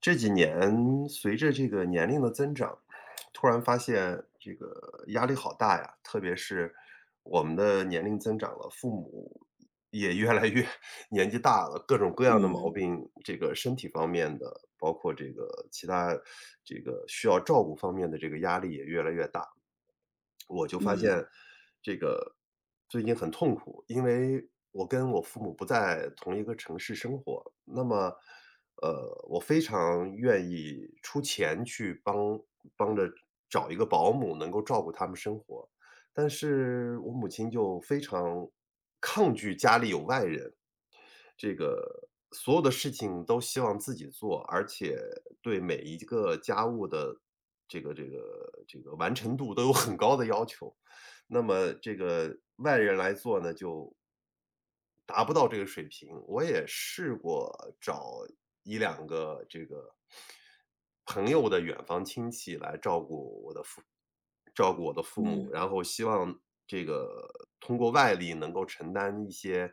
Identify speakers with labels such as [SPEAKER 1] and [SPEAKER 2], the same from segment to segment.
[SPEAKER 1] 这几年随着这个年龄的增长，突然发现这个压力好大呀，特别是我们的年龄增长了，父母也越来越 年纪大了，各种各样的毛
[SPEAKER 2] 嗯
[SPEAKER 1] 病，这个身体方面的，包括这个其他这个需要照顾方面的这个压力也越来越大。我就发
[SPEAKER 2] 嗯
[SPEAKER 1] 现这个最近很痛苦，因为我跟我父母不在同一个城市生活，那么我非常愿意出钱去帮着找一个保姆，能够照顾他们生活。但是我母亲就非常抗拒家里有外人，这个所有的事情都希望自己做，而且对每一个家务的这个完成度都有很高的要求。那么这个外人来做呢，就达不到这个水平。我也试过找一两个这个朋友的远房亲戚来照顾我的父母，
[SPEAKER 2] 嗯
[SPEAKER 1] 然后希望这个通过外力能够承担一些，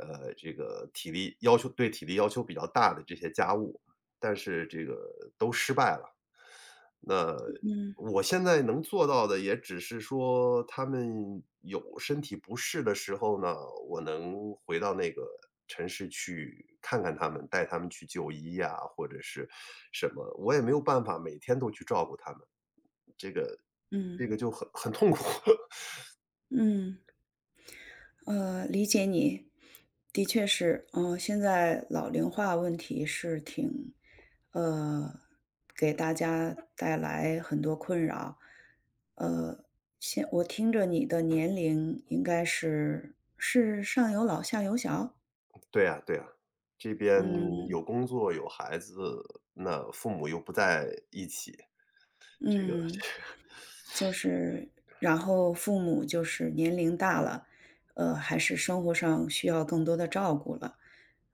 [SPEAKER 1] 这个体力要求对体力要求比较大的这些家务，但是这个都失败了。那
[SPEAKER 2] 嗯
[SPEAKER 1] 我现在能做到的也只是说，他们有身体不适的时候呢，我能回到那个城市去看看他们，带他们去就医呀，或者是什么，我也没有办法每天都去照顾他们，这个
[SPEAKER 2] 嗯
[SPEAKER 1] 这个就很痛苦。
[SPEAKER 2] 嗯，理解你，的确是，嗯、现在老龄化问题是挺，呃，给大家带来很多困扰，呃，现我听着你的年龄应该是上有老下有小。
[SPEAKER 1] 对呀，对呀，这边
[SPEAKER 2] 嗯
[SPEAKER 1] 有工作有孩子，那父母又不在一起，这个
[SPEAKER 2] 嗯。就是然后父母就是年龄大了，还是生活上需要更多的照顾了。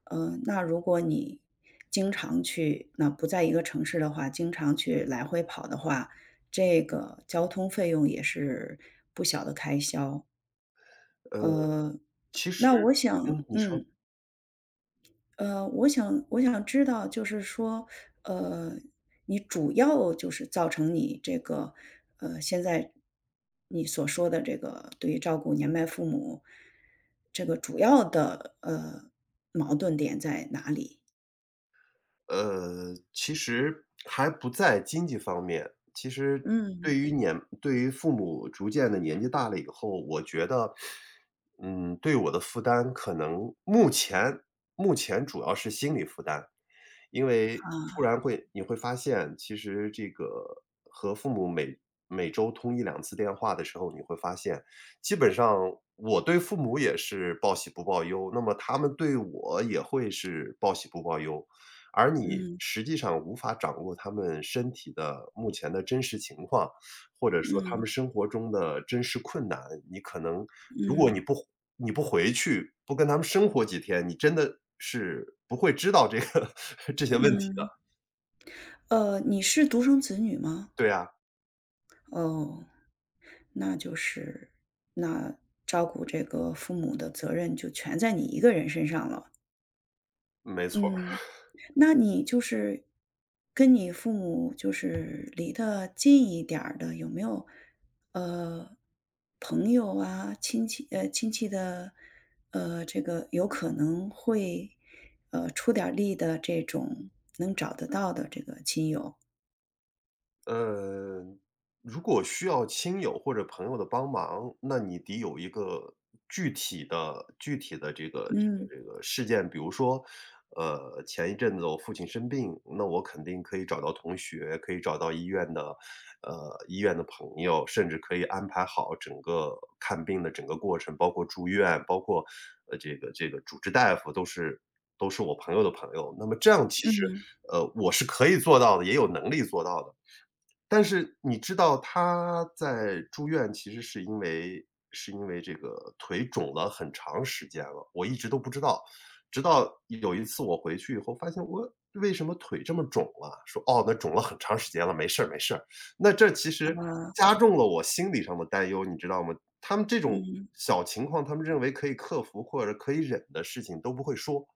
[SPEAKER 2] 嗯，那如果你经常去那不在一个城市的话，经常去来回跑的话，这个交通费用也是不小的开销。
[SPEAKER 1] 呃，
[SPEAKER 2] 呃，
[SPEAKER 1] 其
[SPEAKER 2] 那
[SPEAKER 1] 实
[SPEAKER 2] 我想
[SPEAKER 1] 嗯，你说。
[SPEAKER 2] 我想知道就是说，呃，你主要就是造成你这个，现在你所说的这个对于照顾年迈父母，这个主要的，矛盾点在哪里？
[SPEAKER 1] 其实还不在经济方面。其实对
[SPEAKER 2] 嗯。
[SPEAKER 1] 于年对于父母逐渐的年纪大了以后，我觉得，嗯，对我的负担可能目前主要是心理负担。因为突
[SPEAKER 2] 啊，
[SPEAKER 1] 然会你会发现，其实这个和父母每周通一两次电话的时候，你会发现，基本上我对父母也是报喜不报忧，那么他们对我也会是报喜不报忧。而你实际上无法掌握他们身体的目前的真实情况，或者说他
[SPEAKER 2] 嗯
[SPEAKER 1] 们生活中的真实困难，你可能如果
[SPEAKER 2] 嗯
[SPEAKER 1] 你不回去，不跟他们生活几天，你真的是不会知道这个 这些问题
[SPEAKER 2] 嗯，
[SPEAKER 1] 的。
[SPEAKER 2] 你是独生子女吗？
[SPEAKER 1] 对呀，
[SPEAKER 2] 哦，那就是那照顾这个父母的责任就全在你一个人身上了。
[SPEAKER 1] 没错。
[SPEAKER 2] 嗯。那你就是跟你父母就是离得近一点儿的，有没有呃朋友啊、亲戚亲戚的这个有可能会出点儿力的这种能找得到的这个亲友？
[SPEAKER 1] 呃，如果需要亲友或者朋友的帮忙，那你得有一个具体的这个
[SPEAKER 2] 嗯
[SPEAKER 1] 这个这个事件。比如说，前一阵子我父亲生病，那我肯定可以找到同学，可以找到医院的，医院的朋友，甚至可以安排好整个看病的整个过程，包括住院，包括这个主治大夫都是我朋友的朋友。那么这样其实，我是可以做到的，也有能力做到的。但是你知道他在住院，其实是因为这个腿肿了很长时间了，我一直都不知道。直到有一次我回去以后发现，我为什么腿这么肿了，说："哦，那肿了很长时间了，没事儿没事儿。"那这其
[SPEAKER 2] 啊，
[SPEAKER 1] 实加重了我心理上的担忧，你知道吗？他们这种小情况，他们认为可以克服或者可以忍的事情都不会说。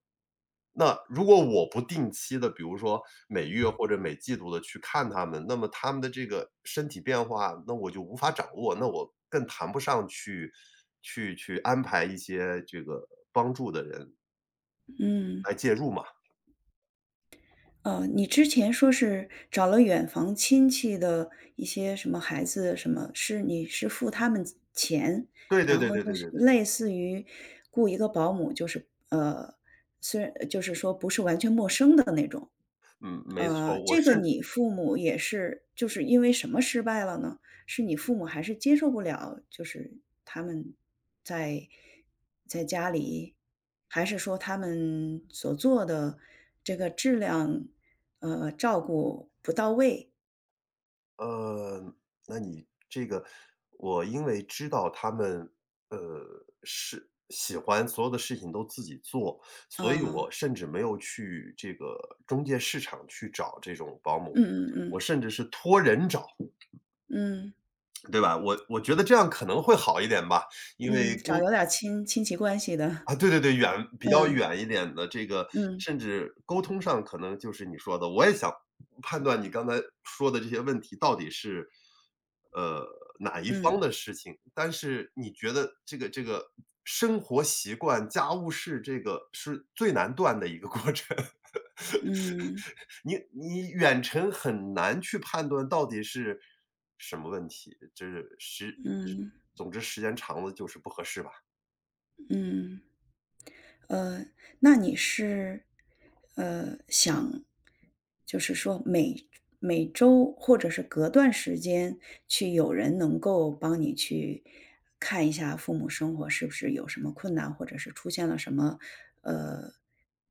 [SPEAKER 1] 那如果我不定期的，比如说每月嗯或者每季度的去看他们，那么他们的这个身体变化，那我就无法掌握，那我更谈不上去安排一些这个帮助的人
[SPEAKER 2] 嗯。
[SPEAKER 1] 来介入嘛。
[SPEAKER 2] 你之前说是找了远房亲戚的一些什么孩子什么，是你是付他们钱，
[SPEAKER 1] 对对
[SPEAKER 2] 然
[SPEAKER 1] 对
[SPEAKER 2] 后
[SPEAKER 1] 对
[SPEAKER 2] 就
[SPEAKER 1] 对
[SPEAKER 2] 是
[SPEAKER 1] 对对，
[SPEAKER 2] 类似于雇一个保姆，就是虽然就是说不是完全陌生的那种。
[SPEAKER 1] 嗯，没错，我
[SPEAKER 2] 这个
[SPEAKER 1] 甚
[SPEAKER 2] 你父母也是就是因为什么失败了呢？是你父母还是接受不了，就是他们在在家里，还是说他们所做的这个质量，照顾不到位？
[SPEAKER 1] 呃，那你这个我因为知道他们，呃，是喜欢所有的事情都自己做，所以我
[SPEAKER 2] 啊，
[SPEAKER 1] 甚至没有去这个中介市场去找这种保姆，
[SPEAKER 2] 嗯嗯
[SPEAKER 1] 我
[SPEAKER 2] 嗯，
[SPEAKER 1] 甚至是托人找，
[SPEAKER 2] 嗯
[SPEAKER 1] 对吧？我觉得这样可能会好一点吧，因为
[SPEAKER 2] 嗯，
[SPEAKER 1] 跟
[SPEAKER 2] 找有点儿亲戚关系的，
[SPEAKER 1] 啊，对对对，远比较
[SPEAKER 2] 嗯
[SPEAKER 1] 远一点的这个，
[SPEAKER 2] 嗯
[SPEAKER 1] 甚至沟通上可能就是你说的，我也想判断你刚才说的这些问题到底是，呃，哪一方
[SPEAKER 2] 嗯
[SPEAKER 1] 的事情，但是你觉得这个生活习惯、家务事这个是最难断的一个过程，
[SPEAKER 2] 嗯
[SPEAKER 1] 你远程很难去判断到底是什么问题，这是时，
[SPEAKER 2] 嗯嗯
[SPEAKER 1] 总之时间长了就是不合适吧。
[SPEAKER 2] 嗯。呃，那你是，想就是说每周或者是隔段时间去有人能够帮你去看一下父母生活是不是有什么困难，或者是出现了什么，呃，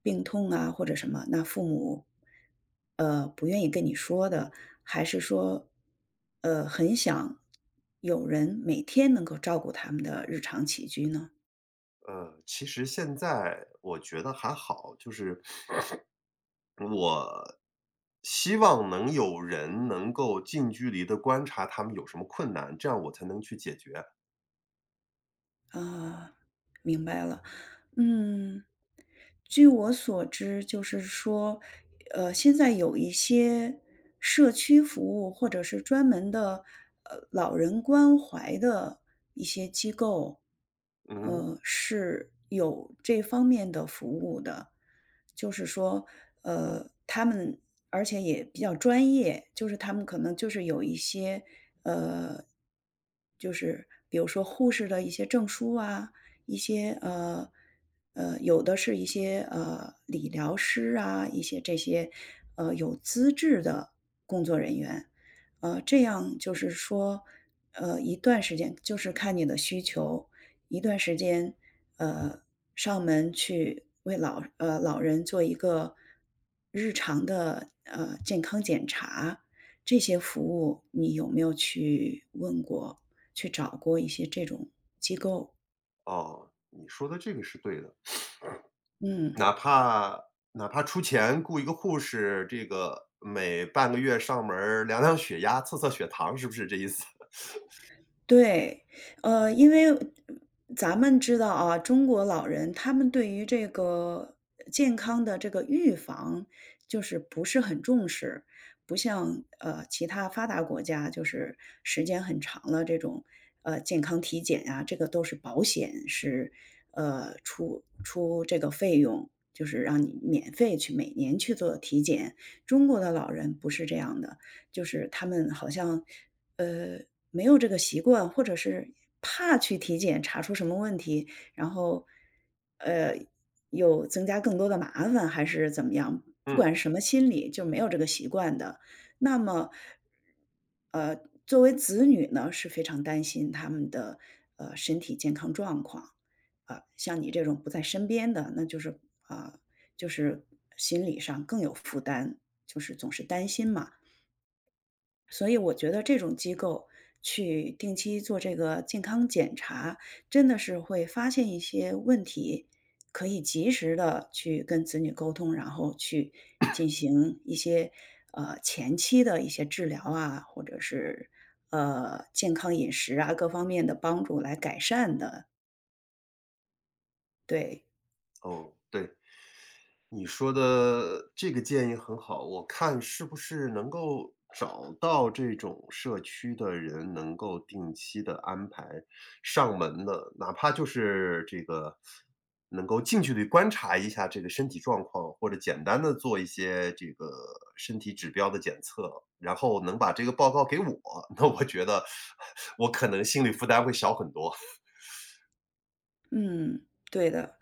[SPEAKER 2] 病痛啊或者什么，那父母，不愿意跟你说的，还是说，很想有人每天能够照顾他们的日常起居呢？
[SPEAKER 1] 其实现在我觉得还好，就是我希望能有人能够近距离的观察他们有什么困难，这样我才能去解决。
[SPEAKER 2] 啊，明白了。嗯，据我所知，就是说，现在有一些社区服务或者是专门的，老人关怀的一些机构，
[SPEAKER 1] 嗯，
[SPEAKER 2] 是有这方面的服务的。就是说，他们而且也比较专业，就是他们可能就是有一些，呃，就是比如说护士的一些证书啊，一些有的是一些理疗师啊，一些这些有资质的工作人员，这样就是说，一段时间就是看你的需求，一段时间呃上门去为老人做一个日常的健康检查，这些服务你有没有去问过，去找过一些这种机构？
[SPEAKER 1] 哦，你说的这个是对的，
[SPEAKER 2] 嗯。
[SPEAKER 1] 哪怕哪怕出钱雇一个护士，这个每半个月上门儿量量血压、测测血糖，是不是这意思？
[SPEAKER 2] 对，因为咱们知道啊，中国老人他们对于这个健康的这个预防，就是不是很重视，不像其他发达国家，就是时间很长了这种健康体检啊，这个都是保险是出这个费用，就是让你免费去每年去做体检。中国的老人不是这样的，就是他们好像呃，没有这个习惯，或者是怕去体检查出什么问题，然后，呃，有增加更多的麻烦，还是怎么样？不
[SPEAKER 1] 嗯，
[SPEAKER 2] 管是什么心理，就没有这个习惯的。那么，呃，作为子女呢，是非常担心他们的身体健康状况。啊、像你这种不在身边的，那就是啊、就是心理上更有负担，就是总是担心嘛。所以我觉得这种机构去定期做这个健康检查，真的是会发现一些问题，可以及时的去跟子女沟通，然后去进行一些前期的一些治疗啊，或者是健康饮食啊各方面的帮助来改善的，对。
[SPEAKER 1] 哦，对。你说的这个建议很好，我看是不是能够找到这种社区的人，能够定期的安排上门的，哪怕就是这个能够近距离观察一下这个身体状况，或者简单的做一些这个身体指标的检测，然后能把这个报告给我，那我觉得我可能心理负担会小很多。
[SPEAKER 2] 嗯，对的。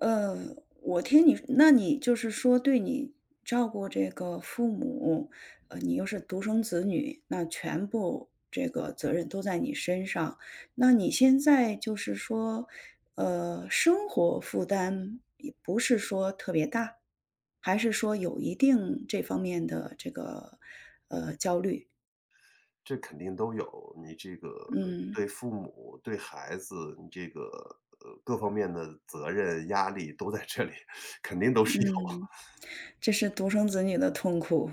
[SPEAKER 2] 呃，我听你那你就是说对你照顾这个父母，你又是独生子女，那全部这个责任都在你身上。那你现在就是说，生活负担也不是说特别大，还是说有一定这方面的这个，焦虑？
[SPEAKER 1] 这肯定都有，你这个
[SPEAKER 2] 嗯，
[SPEAKER 1] 对父母、对孩子，你这个各方面的责任、压力都在这里，肯定都是有。
[SPEAKER 2] 嗯，这是独生子女的痛苦。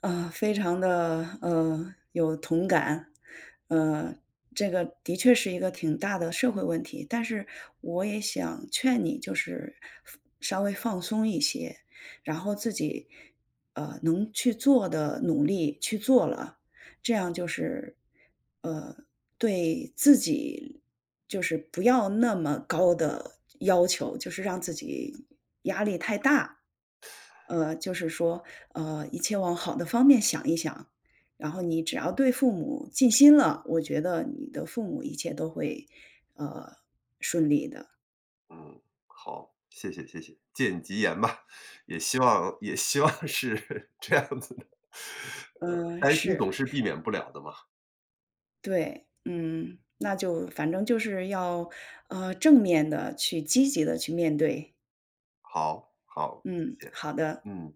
[SPEAKER 2] 啊，非常的有同感。呃，这个的确是一个挺大的社会问题，但是我也想劝你就是稍微放松一些，然后自己，能去做的努力去做了，这样就是，呃，对自己就是不要那么高的要求，就是让自己压力太大，就是说，一切往好的方面想一想，然后你只要对父母尽心了，我觉得你的父母一切都会，呃，顺利的。
[SPEAKER 1] 嗯，好，谢谢谢谢，借你吉言吧，也希望是 这样子的。
[SPEAKER 2] 嗯，
[SPEAKER 1] 担心总
[SPEAKER 2] 是，
[SPEAKER 1] 是避免不了的嘛。
[SPEAKER 2] 对，嗯，那就反正就是要，正面的去积极的去面对。
[SPEAKER 1] 好，好，谢
[SPEAKER 2] 嗯，
[SPEAKER 1] 谢。
[SPEAKER 2] 好的。
[SPEAKER 1] 嗯。